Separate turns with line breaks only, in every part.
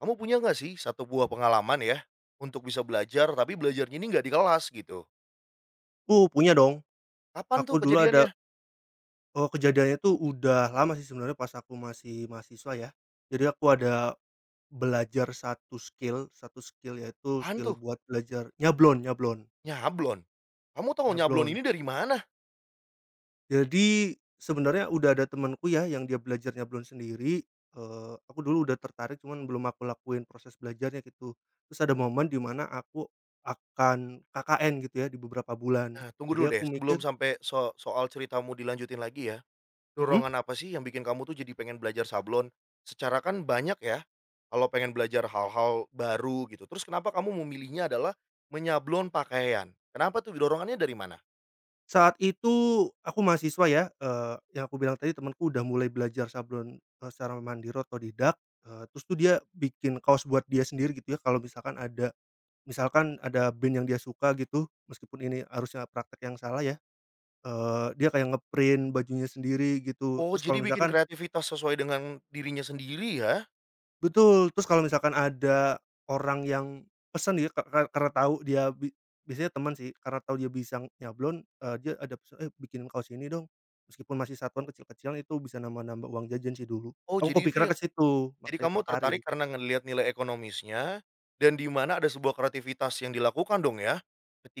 Kamu punya nggak sih satu buah pengalaman ya, untuk bisa belajar tapi belajarnya ini nggak di kelas gitu?
Punya dong.
Kapan
Aku
tuh
dulu
kejadiannya?
ada eee, Kejadiannya tuh udah lama sih sebenarnya pas aku masih mahasiswa ya. Jadi aku ada belajar satu skill yaitu
Apaan
skill
tuh?
buat belajar nyablon nyablon
Nyablon? Kamu tahu nyablon
nyablon.
ini dari mana?
Jadi sebenarnya udah ada temanku ya yang dia belajar nyablon sendiri. Aku dulu udah tertarik cuman belum aku lakuin proses belajarnya gitu. Terus ada momen di mana aku akan KKN gitu ya di beberapa bulan.
Nah, tunggu
Jadi
dulu
aku
deh
mikir.
sebelum sampai soal ceritamu dilanjutin lagi ya.
Mhm?
Dorongan apa sih yang bikin kamu tuh jadi pengen belajar sablon? Secara kan banyak ya, kalau pengen belajar hal-hal baru gitu. Terus kenapa kamu memilihnya adalah menyablon pakaian? Kenapa tuh dorongannya dari mana?
Saat itu aku mahasiswa ya, yang aku bilang tadi temanku udah mulai belajar sablon, secara mandiri otodidak. Terus tuh dia bikin kaos buat dia sendiri gitu ya kalau misalkan ada band yang dia suka gitu, meskipun ini harusnya praktek yang salah ya. Dia kayak ngeprint bajunya sendiri gitu.
Oh,
Terus
jadi
kalau
bikin
misalkan
kreativitas sesuai dengan dirinya sendiri ya?
Betul, terus kalau misalkan ada orang yang pesan ya, ka ka karena tahu dia biasanya teman sih, karena tahu dia bisa nyablon. Dia ada pesen, "Eh, bikinin kaos ini dong." Meskipun masih satuan kecil-kecilan itu bisa nambah-nambah uang jajan sih dulu.
Oh,
Aku
jadi
kepikiran
itu ya
ke situ,
Jadi
makanya
kamu tertarik
tertarik.
karena ngelihat nilai ekonomisnya dan di mana ada sebuah kreativitas yang dilakukan dong ya,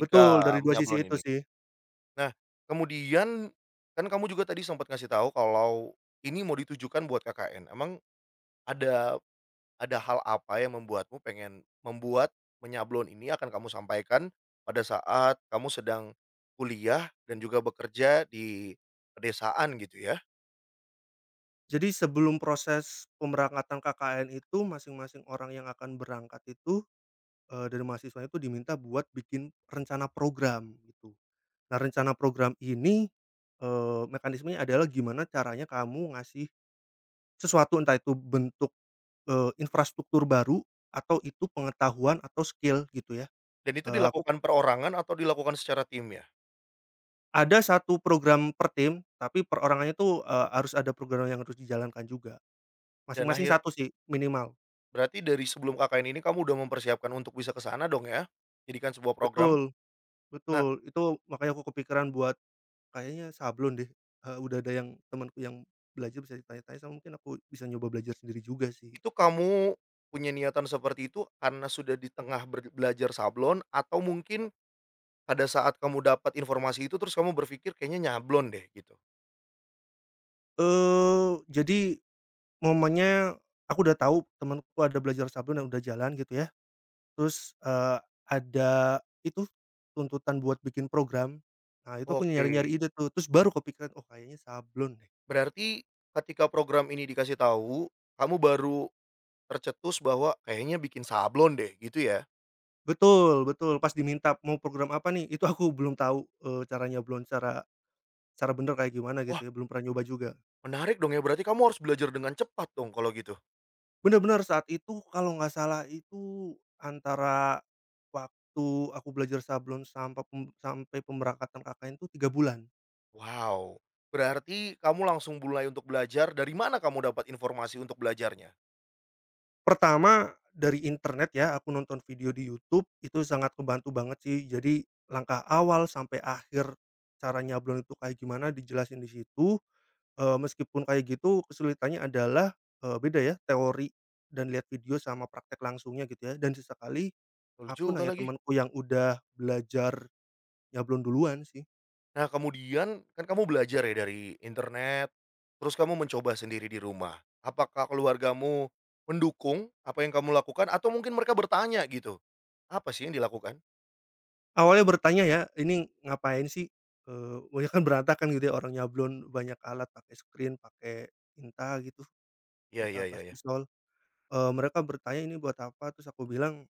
Betul, dari dua sisi
menyablon
itu
ini.
sih.
Nah, kemudian kan kamu juga tadi sempat ngasih tahu kalau ini mau ditujukan buat KKN. Emang ada ada hal apa yang membuatmu pengen menyablon ini akan kamu sampaikan pada saat kamu sedang kuliah dan juga bekerja di pedesaan gitu ya?
Jadi sebelum proses pemberangkatan KKN itu masing-masing orang yang akan berangkat itu, dari mahasiswa itu diminta buat bikin rencana program gitu. Nah, rencana program ini, mekanismenya adalah gimana caranya kamu ngasih sesuatu, entah itu bentuk, infrastruktur baru atau itu pengetahuan atau skill gitu ya.
Dan itu
Aku
dilakukan perorangan atau dilakukan secara tim ya?
ada satu program per tim, tapi perorangannya tuh, harus ada program yang harus dijalankan juga.
Dan
Masing-masing
akhir
satu sih minimal.
Berarti dari sebelum Kakak ini kamu udah mempersiapkan untuk bisa ke sana dong ya? Jadikan sebuah program.
Betul
Nah,
betul, itu makanya aku kepikiran buat kayaknya sablon deh. Udah ada yang temanku yang belajar bisa ditanya-tanya sama mungkin aku bisa nyoba belajar sendiri juga sih.
itu kamu punya niatan seperti itu karena sudah di tengah belajar sablon atau mungkin pada saat kamu dapat informasi itu terus kamu berpikir kayaknya nyablon deh gitu?
Eh jadi Momennya, aku udah tahu temanku ada belajar sablon dan udah jalan gitu ya. Terus, eee, ada itu Tuntutan buat bikin program. Nah, itu aku
Oke,
nyari-nyari ide tuh, terus baru kepikiran, "Oh, kayaknya sablon deh."
berarti ketika program ini dikasih tahu, kamu baru tercetus bahwa kayaknya bikin sablon deh gitu ya?
Betul betul, pas diminta mau program apa nih, itu aku belum tahu, cara nyablon secara secara bener kayak gimana
Wah,
gitu ya, belum pernah nyoba juga.
menarik dong ya, berarti kamu harus belajar dengan cepat dong kalau gitu?
Bener-bener saat itu kalau nggak salah itu antara waktu aku belajar sablon sampai pemberangkatan KKN tuh 3 bulan.
Wow, berarti kamu langsung mulai untuk belajar. Dari mana kamu dapat informasi untuk belajarnya?
Pertama, dari internet ya, aku nonton video di YouTube, itu sangat kebantu banget sih. Jadi, langkah awal sampai akhir cara nyablon itu kayak gimana dijelasin di situ. Meskipun kayak gitu kesulitannya adalah, beda ya teori dan lihat video sama praktek langsungnya gitu ya, dan sesekali
Betul
aku
juga
nanya
lagi.
temanku yang udah belajar nyablon duluan sih.
Nah kemudian, kan kamu belajar ya dari internet, terus kamu mencoba sendiri di rumah. Apakah keluargamu mendukung apa yang kamu lakukan atau mungkin mereka bertanya gitu, "Apa sih yang dilakukan?"
Awalnya bertanya ya, "Ini ngapain sih?" Eh, banyak kan berantakan gitu ya orang nyablon, banyak alat, pakai screen, pakai tinta gitu.
Ya
Minta
ya ya
pasti
ya,
soal, mereka bertanya, "Ini buat apa?" Terus aku bilang,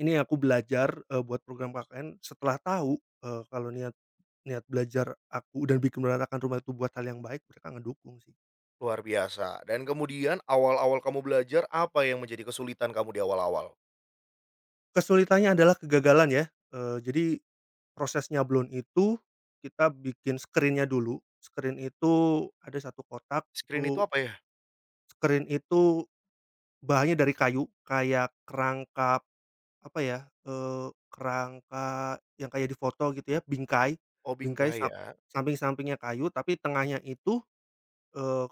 "Ini aku belajar, buat program KKN setelah tahu, kalau niat niat belajar aku dan bikin meratakan rumah itu buat hal yang baik," mereka ngedukung sih.
luar biasa. Dan kemudian awal-awal kamu belajar, apa yang menjadi kesulitan kamu di awal-awal?
Kesulitannya adalah kegagalan ya. Eee, jadi Proses nyablon itu kita bikin screen dulu. Screen itu ada satu kotak,
Screen itu
itu
apa ya?
screen itu bahannya dari kayu, kayak kerangka. Apa ya, kerangka yang kayak di foto gitu ya, bingkai.
Oh,
Bingkai
bingkai
sa
ya,
Samping-sampingnya kayu, tapi tengahnya itu, eee,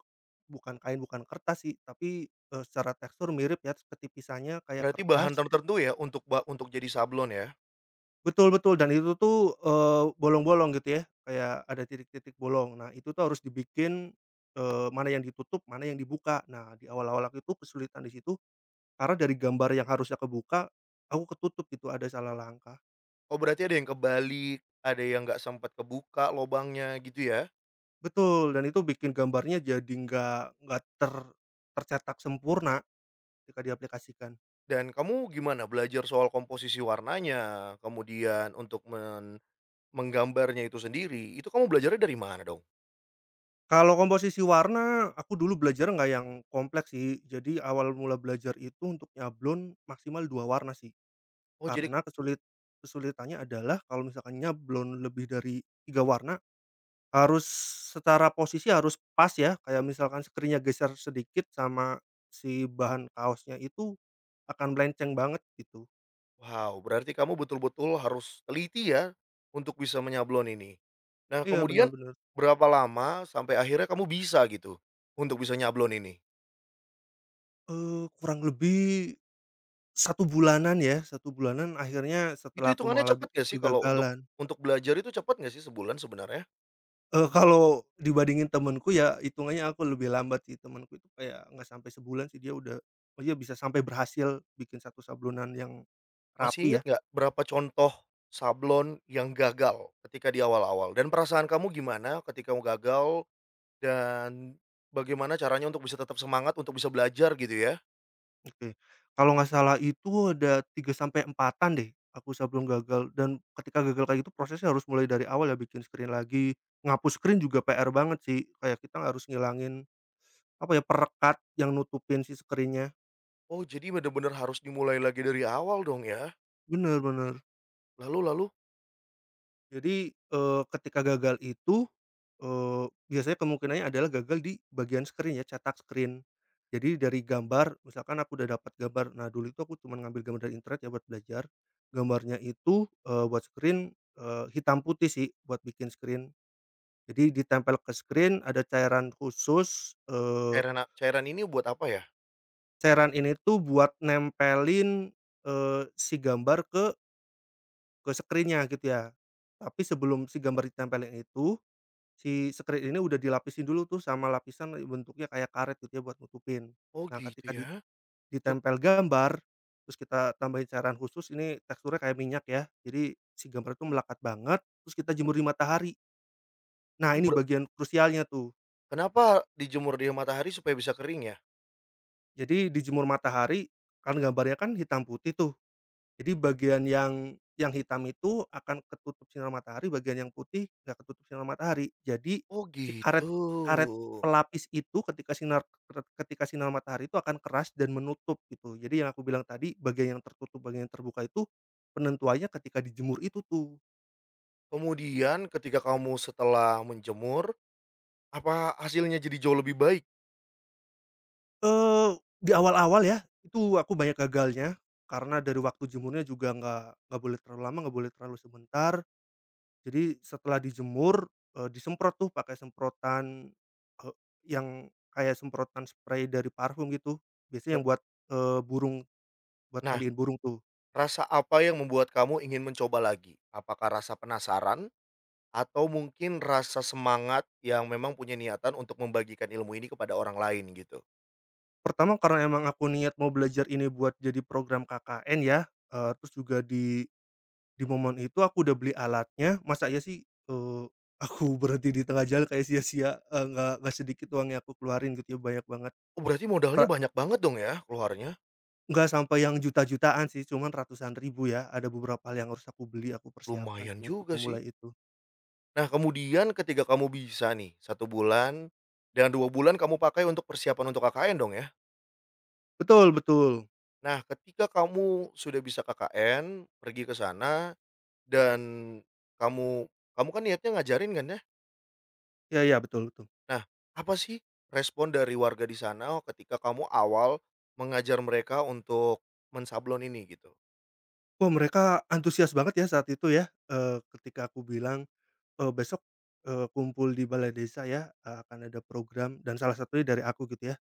bukan kain, bukan kertas sih, tapi, secara tekstur mirip ya, ketipisannya kayak
berarti bahan
kertas.
tertentu ya untuk untuk jadi sablon ya?
Betul betul, dan itu tuh, bolong-bolong gitu ya, kayak ada titik-titik bolong. Nah, itu tuh harus dibikin, mana yang ditutup, mana yang dibuka. Nah, di awal-awal aku itu kesulitan di situ, karena dari gambar yang harusnya kebuka, aku ketutup gitu, ada salah langkah.
Oh berarti ada yang kebalik, ada yang nggak sempat kebuka lobangnya gitu ya?
Betul, dan itu bikin gambarnya jadi nggak tercetak sempurna ketika diaplikasikan.
Dan kamu gimana belajar soal komposisi warnanya, kemudian untuk menggambarnya itu sendiri, itu kamu belajarnya dari mana dong?
Kalau komposisi warna, aku dulu belajar nggak yang kompleks sih. Jadi awal mula belajar itu untuk nyablon maksimal 2 warna sih.
Oh jadi
Karena kesulit Kesulitannya adalah kalau misalkan nyablon lebih dari 3 warna, harus secara posisi harus pas ya, kayak misalkan sekirinya geser sedikit sama si bahan kaosnya itu akan melenceng banget gitu.
wow berarti kamu betul-betul harus teliti ya untuk bisa menyablon ini. Nah
Iya,
kemudian
benar-benar.
berapa lama sampai akhirnya kamu bisa gitu untuk bisa nyablon ini?
Kurang lebih satu bulanan ya, satu bulanan akhirnya
Itu
setelah aku
hitungannya
mengalami
cepat nggak sih kalau
kegagalan.
untuk belajar itu cepat nggak sih sebulan sebenarnya?
Kalau dibandingin temenku ya hitungannya aku lebih lambat sih, temenku itu kayak nggak sampai sebulan sih dia udah, oh iya, bisa sampai berhasil bikin satu sablonan yang
Masih
rapi ya.
inget nggak berapa contoh sablon yang gagal ketika di awal-awal, dan perasaan kamu gimana ketika kamu gagal dan bagaimana caranya untuk bisa tetap semangat untuk bisa belajar gitu ya?
Oke. Kalau nggak salah itu ada 3 sampai empatan deh aku sablon gagal dan ketika gagal kayak gitu prosesnya harus mulai dari awal ya, bikin screen lagi, ngapus screen juga PR banget sih, kayak kita harus ngilangin. Apa ya, perekat yang nutupin si screen-nya.
Oh jadi bener-bener harus dimulai lagi dari awal dong ya?
Bener bener.
Lalu lalu
Ketika gagal itu, eee, biasanya kemungkinannya adalah gagal di bagian screen ya, cetak screen. Jadi dari gambar, misalkan aku udah dapat gambar. Nah, dulu itu aku cuman ngambil gambar dari internet ya buat belajar. Gambarnya itu, buat screen, hitam putih sih buat bikin screen. Jadi ditempel ke screen, ada cairan khusus.
cairan cairan ini buat apa ya?
Cairan ini tuh buat nempelin, si gambar ke screen-nya gitu ya. Tapi sebelum si gambar ditempelin itu, si screen ini udah dilapisin dulu tuh sama lapisan bentuknya kayak karet gitu ya buat nutupin.
Oh
Nah
gitu
ketika di
ya? Cuk
Ditempel gambar, terus kita tambahin cairan khusus ini teksturnya kayak minyak ya. Jadi si gambar itu melekat banget, terus kita jemur di matahari. Nah
oh
ini
ber
bagian krusialnya tuh.
Kenapa dijemur di matahari supaya bisa kering ya?
Jadi dijemur matahari, kan gambarnya kan hitam putih tuh. Jadi bagian yang hitam itu akan ketutup sinar matahari, bagian yang putih nggak ketutup sinar matahari. Jadi
Oh
si karet
gitu.
karet pelapis itu ketika sinar matahari itu akan keras dan menutup gitu. Jadi yang aku bilang tadi bagian yang tertutup, bagian yang terbuka itu penentuannya ketika dijemur itu tuh.
Kemudian ketika kamu setelah menjemur, apa hasilnya jadi jauh lebih baik?
Eee, di awal-awal ya, itu aku banyak gagalnya, karena dari waktu jemurnya juga nggak boleh terlalu lama, nggak boleh terlalu sebentar. Jadi setelah dijemur, disemprot tuh pakai semprotan, eee, yang kayak semprotan spray dari parfum gitu,
E
biasanya yang buat, burung, buat
nah
mandiin burung tuh.
Rasa apa yang membuat kamu ingin mencoba lagi? Apakah rasa penasaran atau mungkin rasa semangat yang memang punya niatan untuk membagikan ilmu ini kepada orang lain gitu?
Pertama karena emang aku niat mau belajar ini buat jadi program KKN ya. Eee, terus juga Di momen itu aku udah beli alatnya, masa ya sih, aku berhenti di tengah jalan kayak sia-sia. Nggak sedikit uang yang aku keluarin gitu ya, banyak banget.
Oh berarti modalnya
Pra
banyak banget dong ya keluarnya?
Nggak sampai yang juta-jutaan sih, cuman ratusan ribu ya, ada beberapa hal yang harus aku beli, aku persiapkan
Lumayan
sih untuk
juga sih.
memulai itu.
Nah kemudian ketika kamu bisa nih satu bulan, dan 2 bulan kamu pakai untuk persiapan untuk KKN dong ya?
Betul betul,
Nah ketika kamu sudah bisa KKN, pergi ke sana dan kamu kamu kan niatnya ngajarin kan ya?
iya iya, betul betul.
Nah, apa sih respon dari warga di sana ketika kamu awal mengajar mereka untuk mensablon ini gitu?
Wah, mereka antusias banget ya saat itu ya. Ketika aku bilang, "Besok, kumpul di balai desa ya, akan ada program," dan salah satunya dari aku gitu ya,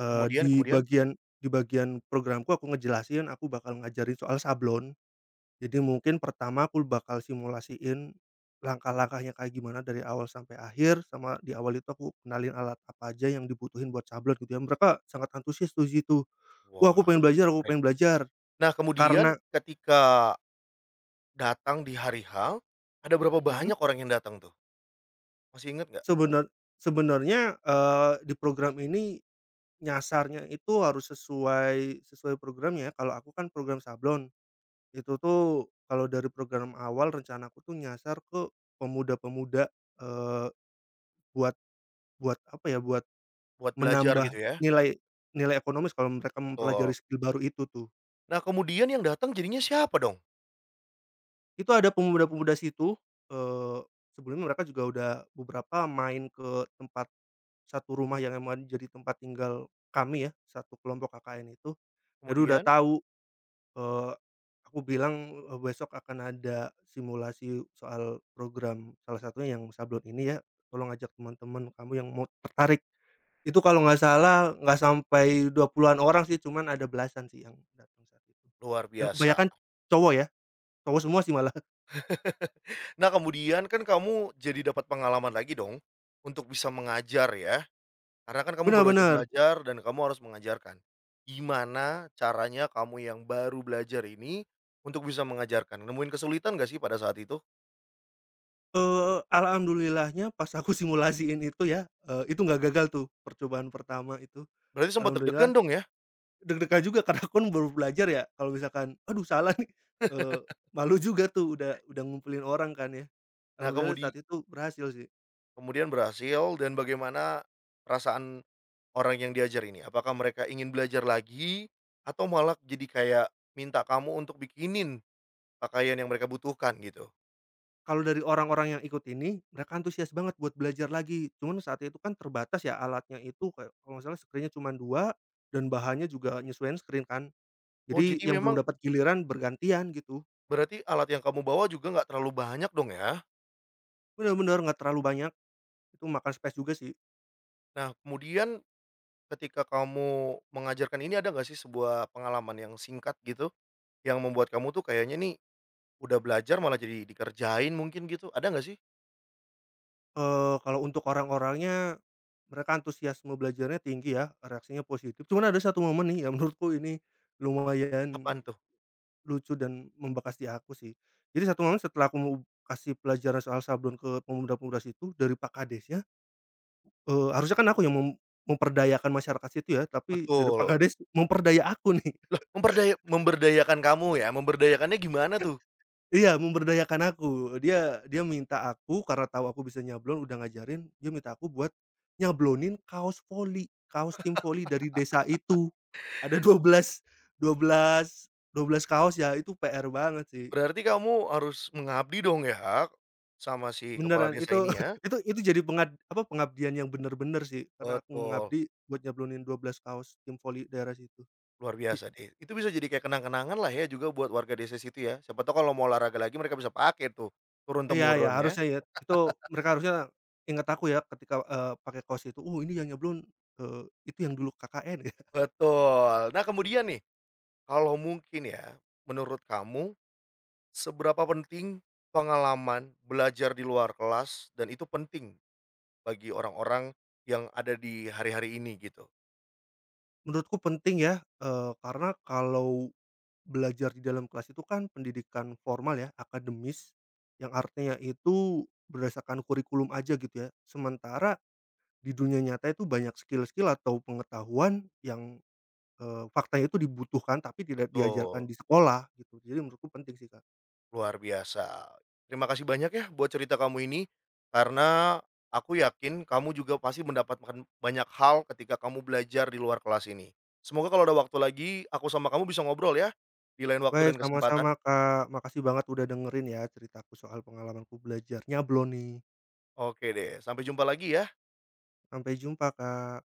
eee,
Kemudian kemudian?
di bagian programku aku ngejelasin aku bakal ngajarin soal sablon. Jadi mungkin pertama aku bakal simulasiin langkah-langkahnya kayak gimana dari awal sampai akhir, sama di awal itu aku kenalin alat apa aja yang dibutuhin buat sablon gitu ya. Mereka sangat antusias tuh di situ, "Wah aku
Wah,
pengen belajar aku
baik.
pengen belajar."
Nah kemudian
Karena
ketika datang di hari H, ada berapa
mhm,
banyak orang yang datang tuh? Masih inget nggak?
sebenar Sebenarnya, di program ini nyasarnya itu harus sesuai sesuai programnya. Ya, kalau aku kan program sablon, itu tuh kalau dari program awal rencanaku tuh nyasar ke pemuda-pemuda. Eee, buat buat apa ya, buat
Buat belajar
menambah
gitu ya?
nilai nilai ekonomis kalau mereka mempelajari
Betul.
skill baru itu tuh.
Nah kemudian yang datang jadinya siapa dong?
Itu ada pemuda-pemuda situ. eee, Sebelumnya mereka juga udah beberapa main ke tempat satu rumah yang emang jadi tempat tinggal kami ya, satu kelompok KKN itu. Jadi udah
Kemudian?
tahu, eee, aku bilang, besok akan ada simulasi soal program salah satunya yang sablon ini ya, tolong ajak teman-teman kamu yang mau tertarik. Itu kalau nggak salah nggak sampai 20-an orang sih, cuman ada belasan sih yang datang saat itu,
Luar
dan
biasa.
kebanyakan cowok ya, cowok semua sih malah.
Nah kemudian kan kamu jadi dapat pengalaman lagi dong, untuk bisa mengajar ya? Karena kan kamu
Bener
baru aja
bener.
belajar dan kamu harus mengajarkan. Gimana caranya kamu yang baru belajar ini untuk bisa mengajarkan? Nemuin kesulitan nggak sih pada saat itu?
Alhamdulillahnya pas aku simulasiin itu ya, itu nggak gagal tuh percobaan pertama itu.
Berarti sempat deg-degan
Alhamdulillah
dong ya?
deg-degan juga karena aku kan baru belajar ya, kalau misalkan, "Aduh salah nih," eee, malu juga tuh udah ngumpulin orang kan ya.
Nah,
Alhamdulillah saat itu berhasil sih.
kemudian berhasil, dan bagaimana perasaan orang yang diajar ini? Apakah mereka ingin belajar lagi atau malah jadi kayak minta kamu untuk bikinin pakaian yang mereka butuhkan gitu?
Kalau dari orang-orang yang ikut ini, mereka antusias banget buat belajar lagi. Cuman saat itu kan terbatas ya alatnya itu kayak kalau nggak salah screen-nya cuman 2 dan bahannya juga nyesuaiin screen kan.
Oh,
Jadi
jadi
yang belum
memang
dapat giliran bergantian gitu.
berarti alat yang kamu bawa juga nggak terlalu banyak dong ya?
Bener-bener nggak terlalu banyak, itu makan space juga sih.
Nah, kemudian ketika kamu mengajarkan ini ada nggak sih sebuah pengalaman yang singkat gitu, yang membuat kamu tuh kayaknya nih udah belajar malah jadi dikerjain mungkin gitu, ada nggak sih?
Kalau untuk orang-orangnya, mereka antusiasme belajarnya tinggi ya, reaksinya positif. Cuman ada satu momen nih yang menurutku ini lumayan
Apaan tuh?
lucu dan membekas di aku sih. Jadi satu momen setelah aku mau kasih pelajaran soal sablon ke pemuda-pemuda situ dari Pak Kadesnya, harusnya kan aku yang memperdayakan masyarakat situ ya, tapi dari Pak
Betul.
Kades memperdaya aku nih.
Lah, memberdayakan kamu ya, memberdayakannya gimana tuh?
Iya, memberdayakan aku. Dia Dia minta aku karena tahu aku bisa nyablon, udah ngajarin, dia minta aku buat nyablonin kaos voli, kaos tim voli dari desa itu. Ada dua dua belas dua belas dua belas kaos ya, itu PR banget sih.
Berarti kamu harus mengabdi dong ya, sama si kepala
Beneran
desa
itu
ini ya?
itu jadi pengabdian yang bener-bener sih, karena aku
Betul,
mengabdi buat nyeblunin 12 kaos tim voli daerah situ.
luar biasa deh. Itu bisa jadi kayak kenang-kenangan lah ya juga buat warga desa situ ya, siapa tahu kalau mau olahraga lagi mereka bisa pakai tuh,
Iya iya,
turun-temurun ya.
harusnya ya, mereka harusnya ingat aku ya ketika, pakai kaos itu, "Oh ini yang nyeblon, eee, itu yang dulu KKN ya."
Betul. Nah kemudian nih, kalau mungkin ya, menurut kamu seberapa penting pengalaman belajar di luar kelas, dan itu penting bagi orang-orang yang ada di hari-hari ini gitu?
Menurutku penting ya, karena kalau belajar di dalam kelas itu kan pendidikan formal ya, akademis, yang artinya itu berdasarkan kurikulum aja gitu ya, sementara di dunia nyata itu banyak skill-skill atau pengetahuan yang. Faktanya itu dibutuhkan tapi tidak diajarkan
Betul,
di sekolah gitu, jadi menurutku penting sih, Kak.
luar biasa. Terima kasih banyak ya buat cerita kamu ini, karena aku yakin kamu juga pasti mendapatkan banyak hal ketika kamu belajar di luar kelas ini. Semoga kalau ada waktu lagi aku sama kamu bisa ngobrol ya di lain
Baik,
waktu dan kesempatan.
sama-sama, Kak. Makasih banget udah dengerin ya ceritaku soal pengalamanku belajar nyablon nih.
Oke deh, sampai jumpa lagi ya.
Sampai jumpa, Kak.